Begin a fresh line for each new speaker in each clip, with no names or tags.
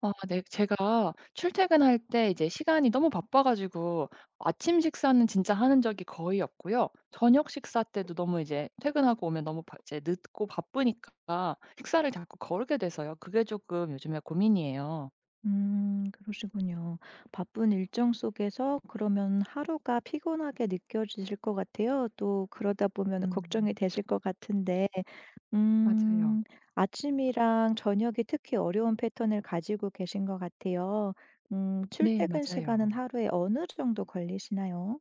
아 네. 제가 출퇴근할 때 이제 시간이 너무 바빠 가지고 아침 식사는 진짜 하는 적이 거의 없고요. 저녁 식사 때도 너무 이제 퇴근하고 오면 너무 바 이제 늦고 바쁘니까 식사를 자꾸 거르게 돼서요. 그게 조금 요즘에 고민이에요.
그러시군요. 바쁜 일정 속에서 그러면 하루가 피곤하게 느껴지실 것 같아요. 또 그러다 보면
음
걱정이 되실 것 같은데,
맞아요.
음, 아침이랑 저녁이 특히 어려운 패턴을 가지고 계신 것 같아요.
네
출퇴근 시간은
맞아요.
하루에 어느 정도 걸리시나요?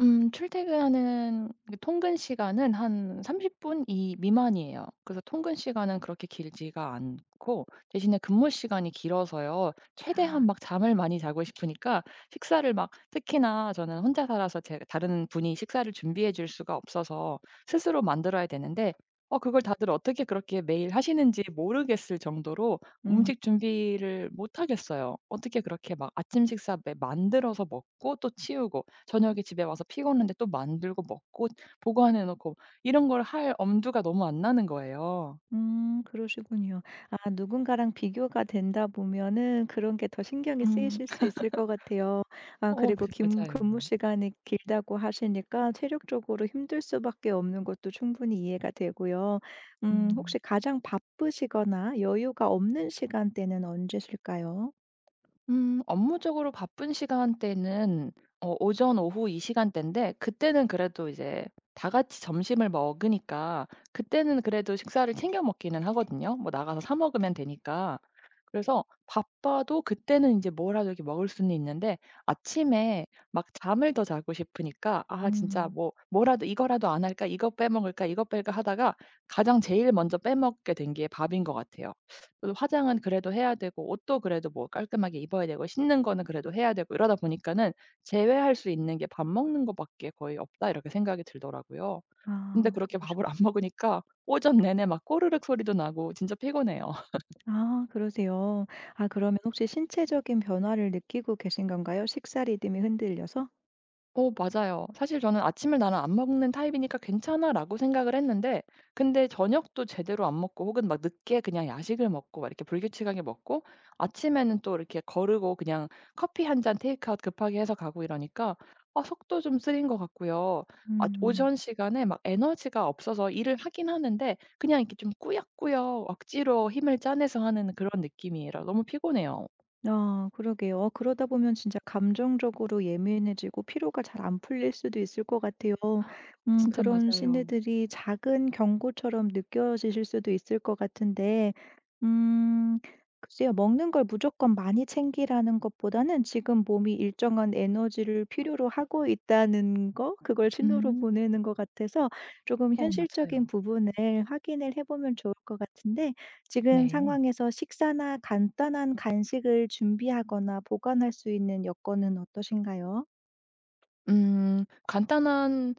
출퇴근하는 그 통근 시간은 한 30 분 이 미만이에요. 그래서 통근 시간은 그렇게 길지가 않고 대신에 근무 시간이 길어서요. 최대한 막 잠을 많이 자고 싶으니까 식사를 막 특히나 저는 혼자 살아서 제 다른 분이 식사를 준비해 줄 수가 없어서 스스로 만들어야 되는데 그걸 다들 어떻게 그렇게 매일 하시는지 모르겠을 정도로
음.
음식 준비를 못 하겠어요. 어떻게 그렇게 막 아침 식사 매 만들어서 먹고 또 치우고 저녁에 집에 와서 피곤한데 또 만들고 먹고 보관해 놓고 이런 걸 할 엄두가 너무 안 나는 거예요.
그러시군요. 아 누군가랑 비교가 된다 보면은 그런 게 더 신경이
음.
쓰이실 수 있을 것 같아요. 아
어
그리고 김
맞아요.
근무 시간이 길다고 하시니까 체력적으로 힘들 수밖에 없는 것도 충분히 이해가 되고요.
음.
혹시 가장 바쁘시거나 여유가 없는 시간대는 언제실까요?
업무적으로 바쁜 시간대는 오전, 오후 이 시간대인데 그때는 그래도 이제 다 같이 점심을 먹으니까 그때는 그래도 식사를 챙겨 먹기는 하거든요. 뭐 나가서 사 먹으면 되니까. 그래서 바빠도 그때는 이제 뭐라도 이렇게 먹을 수는 있는데 아침에 막 잠을 더 자고 싶으니까 '아 진짜
음.
뭐라도 이거라도 안 할까? 이거 빼먹을까? 이거 뺄까?' 하다가 가장 제일 먼저 빼먹게 된 게 밥인 것 같아요. 그래도 화장은 그래도 해야 되고 옷도 그래도 뭐 깔끔하게 입어야 되고 씻는 거는 그래도 해야 되고 이러다 보니까는 '제외할 수 있는 게 밥 먹는 거밖에 거의 없다.' 이렇게 생각이 들더라고요.
아
근데
그
그렇게
러시
밥을 안 먹으니까 오전 내내 막 꼬르륵 소리도 나고 진짜 피곤해요.
아 그러세요. 아 그러면 혹시 신체적인 변화를 느끼고 계신 건가요? 식사 리듬이 흔들려서?
어 맞아요. 사실 저는 '아침을 나는 안 먹는 타입이니까 괜찮아.'라고 생각을 했는데 근데 저녁도 제대로 안 먹고 혹은 막 늦게 그냥 야식을 먹고 막 이렇게 불규칙하게 먹고 아침에는 또 이렇게 거르고 그냥 커피 한 잔 테이크아웃 급하게 해서 가고 이러니까 아 속도 좀 쓰린 것 같고요. 아
음.
오전 시간에 막 에너지가 없어서 일을 하긴 하는데 그냥 이렇게 좀 꾸역꾸역 억지로 힘을 짜내서 하는 그런 느낌이라 너무 피곤해요.
아 그러게요. 어 그러다 보면 진짜 감정적으로 예민해지고 피로가 잘 안 풀릴 수도 있을 것 같아요.
진짜
그런
맞아요.
신호들이 작은 경고처럼 느껴지실 수도 있을 것 같은데, 음 글쎄요. 먹는 걸 무조건 많이 챙기라는 것보다는 지금 몸이 일정한 에너지를 필요로 하고 있다는 거, 그걸 신호로
음.
보내는 것 같아서 조금
어 맞아요.
현실적인 부분을 확인을 해 보면 좋을 것 같은데, 지금
네.
상황에서 식사나 간단한 간식을 준비하거나 보관할 수 있는 여건은 어떠신가요?
간단한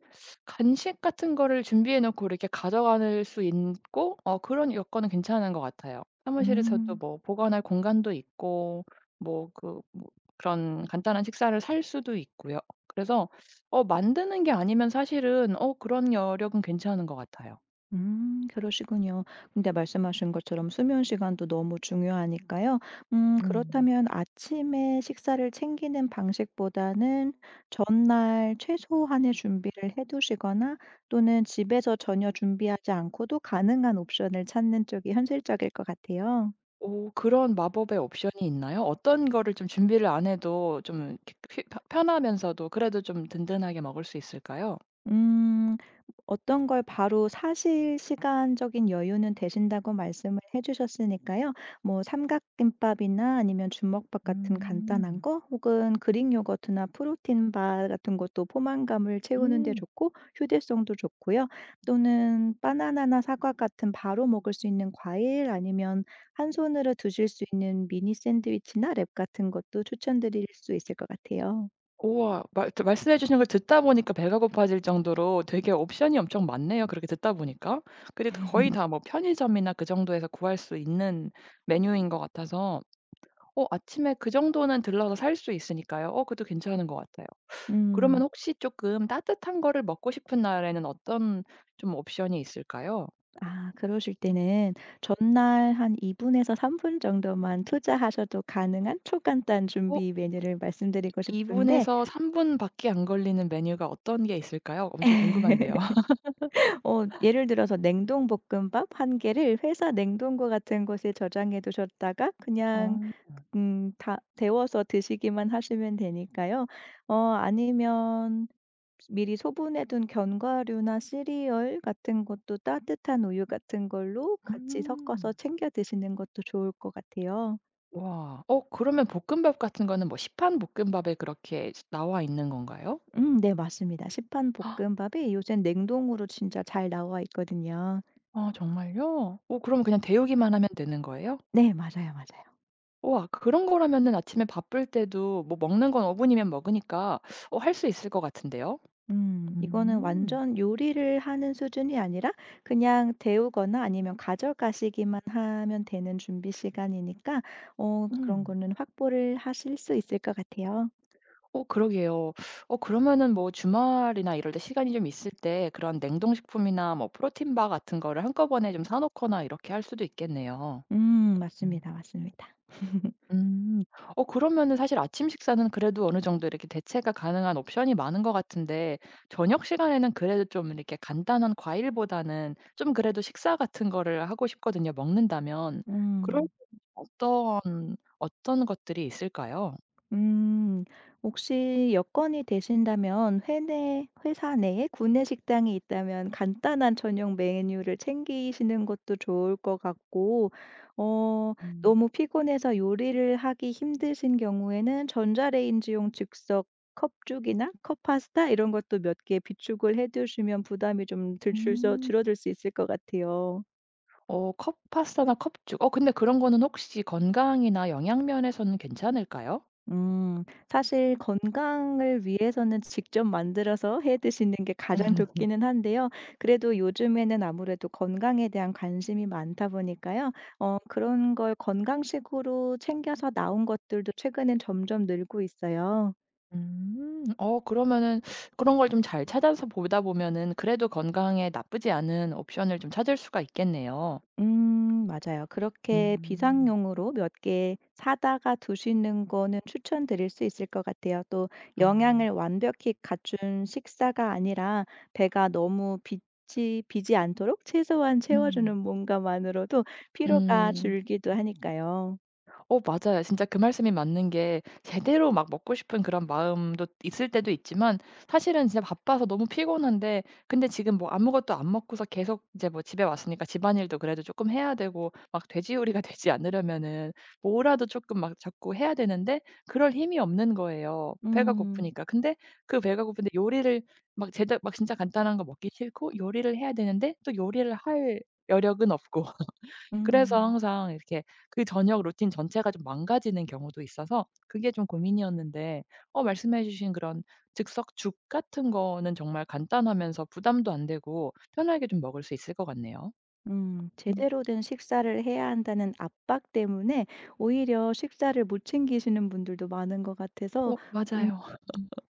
간식 같은 거를 준비해 놓고 이렇게 가져갈 수 있고 그런 여건은 괜찮은 것 같아요. 사무실에서도
음.
뭐 보관할 공간도 있고 뭐 그 뭐 그런 간단한 식사를 살 수도 있고요. 그래서 만드는 게 아니면 사실은 그런 여력은 괜찮은 것 같아요.
그러시군요. 근데 말씀하신 것처럼 수면 시간도 너무 중요하니까요.
음.
그렇다면 아침에 식사를 챙기는 방식보다는 전날 최소한의 준비를 해 두시거나 또는 집에서 전혀 준비하지 않고도 가능한 옵션을 찾는 쪽이 현실적일 것 같아요.
오 그런 마법의 옵션이 있나요? 어떤 거를 좀 준비를 안 해도 좀 이렇게 피 편하면서도 그래도 좀 든든하게 먹을 수 있을까요?
음. 어떤 걸 바로 사실 시간적인 여유는 되신다고 말씀을 해 주셨으니까요. 뭐 삼각김밥이나 아니면 주먹밥 같은 간단한
음.
거, 혹은 그릭 요거트나 프로틴 바 같은 것도 포만감을 채우는 데
음.
좋고 휴대성도 좋고요. 또는 바나나나 사과 같은 바로 먹을 수 있는 과일, 아니면 한 손으로 드실 수 있는 미니 샌드위치나 랩 같은 것도 추천드릴 수 있을 것 같아요.
우와. 말 말씀해 주시는 걸 듣다 보니까 배가 고파질 정도로 되게 옵션이 엄청 많네요, 그렇게 듣다 보니까. 근데 거의 다 뭐 편의점이나 그 정도에서 구할 수 있는 메뉴인 것 같아서 아침에 그 정도는 들러서 살 수 있으니까요. 어 그것도 괜찮은 것 같아요. 그러면
음.
혹시 쪼끔 따뜻한 거를 먹고 싶은 날에는 어떤 좀 옵션이 있을까요?
아 그러실 때는 전날 한 2분 분에서 3분 정도만 투자하셔도 가능한 초간단
어
준비 메뉴를 말씀드리고
2
싶은데,
분에서 3 분밖에 안 걸리는 메뉴가 어떤 게 있을까요? 엄청 궁금한데요.
어 예를 들어서 냉동 볶음밥 한 개를 회사 냉동고 같은 곳에 저장해 두셨다가 그냥
어.
다 데워서 드시기만 하시면 되니까요. 어 아니면 미리 소분해 둔 견과류나 시리얼 같은 것도 따뜻한 우유 같은 걸로 같이 섞어서
음.
챙겨 드시는 것도 좋을 것 같아요.
와. 그러면 볶음밥 같은 거는 뭐 시판 볶음밥에 그렇게 나와 있는 건가요?
음, 네, 맞습니다. 시판
헉,
볶음밥이 요는 냉동으로 진짜 잘 나와 있거든요.
아 정말요? 오, 그럼 그냥 데우기만 하면 되는 거예요?
네, 맞아요, 맞아요.
우와 그런 거라면은 아침에 바쁠 때도 뭐 먹는 건 오 분이면 먹으니까 할 수 있을 것 같은데요?
음. 이거는
음.
완전 요리를 하는 수준이 아니라 그냥 데우거나 아니면 가져가시기만 하면 되는 준비 시간이니까 어 그런
음.
거는 확보를 하실 수 있을 것 같아요.
어 그러게요. 그러면은 뭐 주말이나 이럴 때 시간이 좀 있을 때 그런 냉동식품이나 뭐 프로틴 바 같은 거를 한꺼번에 좀 사 놓거나 이렇게 할 수도 있겠네요.
음.
음.
맞습니다, 맞습니다.
음. 그러면은 사실 아침 식사는 그래도 어느 정도 이렇게 대체가 가능한 옵션이 많은 것 같은데 저녁 시간에는 그래도 좀 이렇게 간단한 과일보다는 좀 그래도 식사 같은 거를 하고 싶거든요, 먹는다면. 그럴
음.
때는 어떤 것들이 있을까요?
음. 혹시 여건이 되신다면 회내 회사 내에 구내 식당이 있다면 간단한 저녁 메뉴를 챙기시는 것도 좋을 것 같고, 어
음.
너무 피곤해서 요리를 하기 힘드신 경우에는 전자레인지용 즉석 컵죽이나 컵파스타 이런 것도 몇 개 비축을 해 두시면 부담이 좀 들 줄서
음.
줄어들 수 있을 것 같아요.
어 컵 파스타나 컵죽. 근데 그런 거는 혹시 건강이나 영양 면에서는 괜찮을까요?
음. 사실 건강을 위해서는 직접 만들어서 해 드시는 게 가장 좋기는 한데요. 그래도 요즘에는 아무래도 건강에 대한 관심이 많다 보니까요. 어 그런 걸 건강식으로 챙겨서 나온 것들도 최근엔 점점 늘고 있어요.
음. 그러면은 그런 걸 좀 잘 찾아서 보다 보면은 그래도 건강에 나쁘지 않은 옵션을 좀 찾을 수가 있겠네요.
음, 맞아요. 그렇게
음.
비상용으로 몇 개 사다가 두시는 거는 추천드릴 수 있을 것 같아요. 또
아.
영양을 완벽히 갖춘 식사가 아니라 배가 너무 비이 비지 않도록 최소한 채워
음.
주는 뭔가만으로도 피로가
음.
줄기도 하니까요.
어 맞아요. 진짜 그 말씀이 맞는 게 제대로 막 먹고 싶은 그런 마음도 있을 때도 있지만 사실은 진짜 바빠서 너무 피곤한데 근데 지금 뭐 아무것도 안 먹고서 계속 이제 뭐 집에 왔으니까 집안일도 그래도 조금 해야 되고 막 돼지요리가 되지 않으려면은 뭐라도 조금 막 자꾸 해야 되는데 그럴 힘이 없는 거예요, 배가
음.
고프니까. 근데 그 배가 고픈데 요리를 막 제대 막 진짜 간단한 거 먹기 싫고 요리를 해야 되는데 또 요리를 할 여력은 없고. 그래서
음.
항상 이렇게 그 저녁 루틴 전체가 좀 망가지는 경우도 있어서 그게 좀 고민이었는데 말씀해 주신 그런 즉석 죽 같은 거는 정말 간단하면서 부담도 안 되고 편하게 좀 먹을 수 있을 것 같네요.
음.
음.
제대로 된 식사를 해야 한다는 압박 때문에 오히려 식사를 못 챙기시는 분들도 많은 것 같아서.
어
음.
맞아요.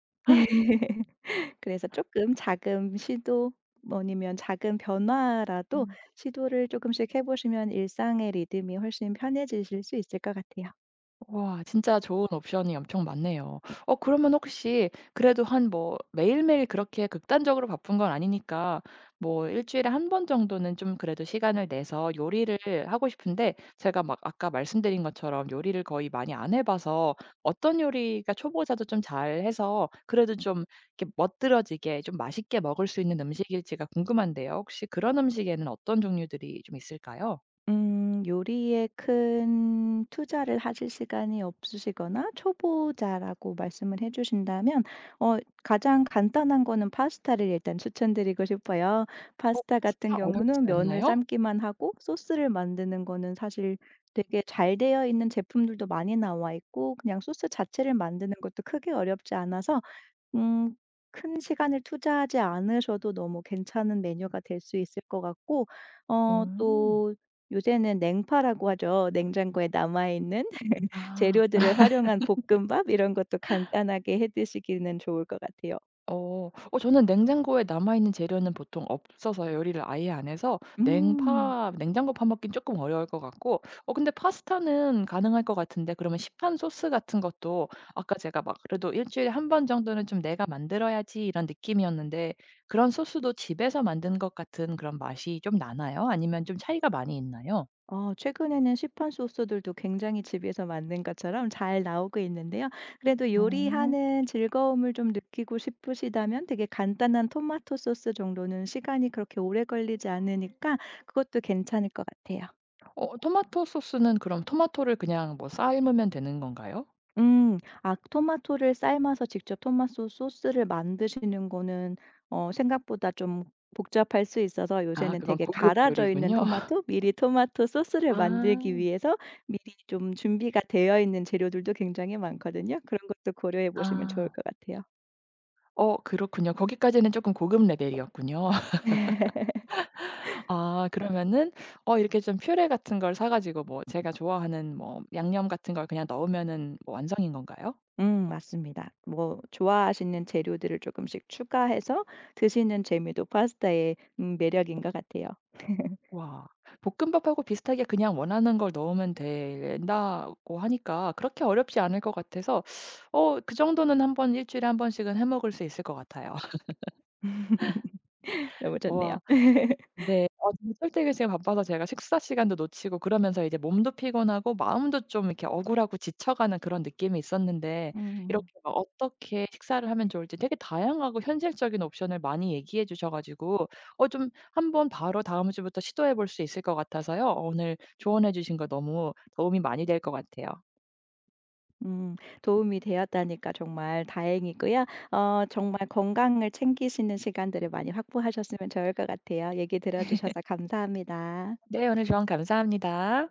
네. 그래서 조금 작은 시도, 뭐 아니면 작은 변화라도 시도를 조금씩 해 보시면 일상의 리듬이 훨씬 편해지실 수 있을 것 같아요.
와 진짜 좋은 옵션이 엄청 많네요. 그러면 혹시 그래도 한 뭐 매일매일 그렇게 극단적으로 바쁜 건 아니니까 뭐 일 주일에 한 번 정도는 좀 그래도 시간을 내서 요리를 하고 싶은데 제가 막 아까 말씀드린 것처럼 요리를 거의 많이 안 해 봐서 어떤 요리가 초보자도 좀 잘해서 그래도 좀 이렇게 멋들어지게 좀 맛있게 먹을 수 있는 음식일지가 궁금한데요. 혹시 그런 음식에는 어떤 종류들이 좀 있을까요?
요리에 큰 투자를 하실 시간이 없으시거나 초보자라고 말씀을 해 주신다면 어 가장 간단한 거는 파스타를 일단 추천드리고 싶어요.
어
파스타 같은
파스타 어렵지
경우는 면을
않나요?
삶기만 하고, 소스를 만드는 거는 사실 되게 잘 되어 있는 제품들도 많이 나와 있고 그냥 소스 자체를 만드는 것도 크게 어렵지 않아서 음 큰 시간을 투자하지 않으셔도 너무 괜찮은 메뉴가 될 수 있을 것 같고, 어
음.
또 요새는 냉파라고 하죠. 냉장고에 남아 있는
아.
재료들을 활용한 볶음밥 이런 것도 간단하게 해 드시기는 좋을 것 같아요.
어. 어 저는 냉장고에 남아있는 재료는 보통 없어서 요리를 아예 안 해서
음.
냉파 냉장고 파먹기는 조금 어려울 것 같고 근데 파스타는 가능할 것 같은데 그러면 시판 소스 같은 것도 아까 제가 막 그래도 일 주일에 한 번 정도는 좀 '내가 만들어야지.' 이런 느낌이었는데 그런 소스도 집에서 만든 것 같은 그런 맛이 좀 나나요? 아니면 좀 차이가 많이 있나요?
어 최근에는 시판 소스들도 굉장히 집에서 만든 것처럼 잘 나오고 있는데요. 그래도
어.
요리하는 즐거움을 좀 느끼고 싶으시다면 되게 간단한 토마토 소스 정도는 시간이 그렇게 오래 걸리지 않으니까 그것도 괜찮을 것 같아요.
토마토 소스는 그럼 토마토를 그냥 뭐 삶으면 되는 건가요?
음. 아 토마토를 삶아서 직접 토마토 소스를 만드시는 거는 어 생각보다 좀 복잡할 수 있어서,
아
요새는
그건
되게
고급
갈아져 있는
요리군요.
토마토, 미리 토마토 소스를 만들기
아.
위해서 미리 좀 준비가 되어 있는 재료들도 굉장히 많거든요. 그런 것도 고려해 보시면 좋을
아.
것 같아요.
어 그렇군요. 거기까지는 쪼끔 고급 레벨이었군요. 아 그러면은 이렇게 좀 퓨레 같은 걸 사 가지고 뭐 제가 좋아하는 뭐 양념 같은 걸 그냥 넣으면은 뭐 완성인 건가요?
음, 맞습니다. 뭐 좋아하시는 재료들을 조금씩 추가해서 드시는 재미도 파스타의 매력인 것 같아요.
와. 볶음밥하고 비슷하게 그냥 원하는 걸 넣으면 된다고 하니까 그렇게 어렵지 않을 것 같아서 그 정도는 한번 일 주일에 한 번씩은 해 먹을 수 있을 것 같아요.
너무 좋네요.
와. 네. 저는 출퇴근 시간 바빠서 제가 식사 시간도 놓치고 그러면서 이제 몸도 피곤하고 마음도 좀 이렇게 억울하고 지쳐가는 그런 느낌이 있었는데 이렇게
음.
막 어떻게 식사를 하면 좋을지 되게 다양하고 현실적인 옵션을 많이 얘기해 주셔 가지고 좀 한번 바로 다음 주부터 시도해 볼 수 있을 것 같아서요. 오늘 조언해 주신 거 너무 도움이 많이 될 것 같아요.
음. 도움이 되었다니까 정말 다행이고요. 어 정말 건강을 챙기시는 시간들을 많이 확보하셨으면 좋을 것 같아요. 얘기 들어 주셔서 감사합니다.
네. 오늘 조언 감사합니다.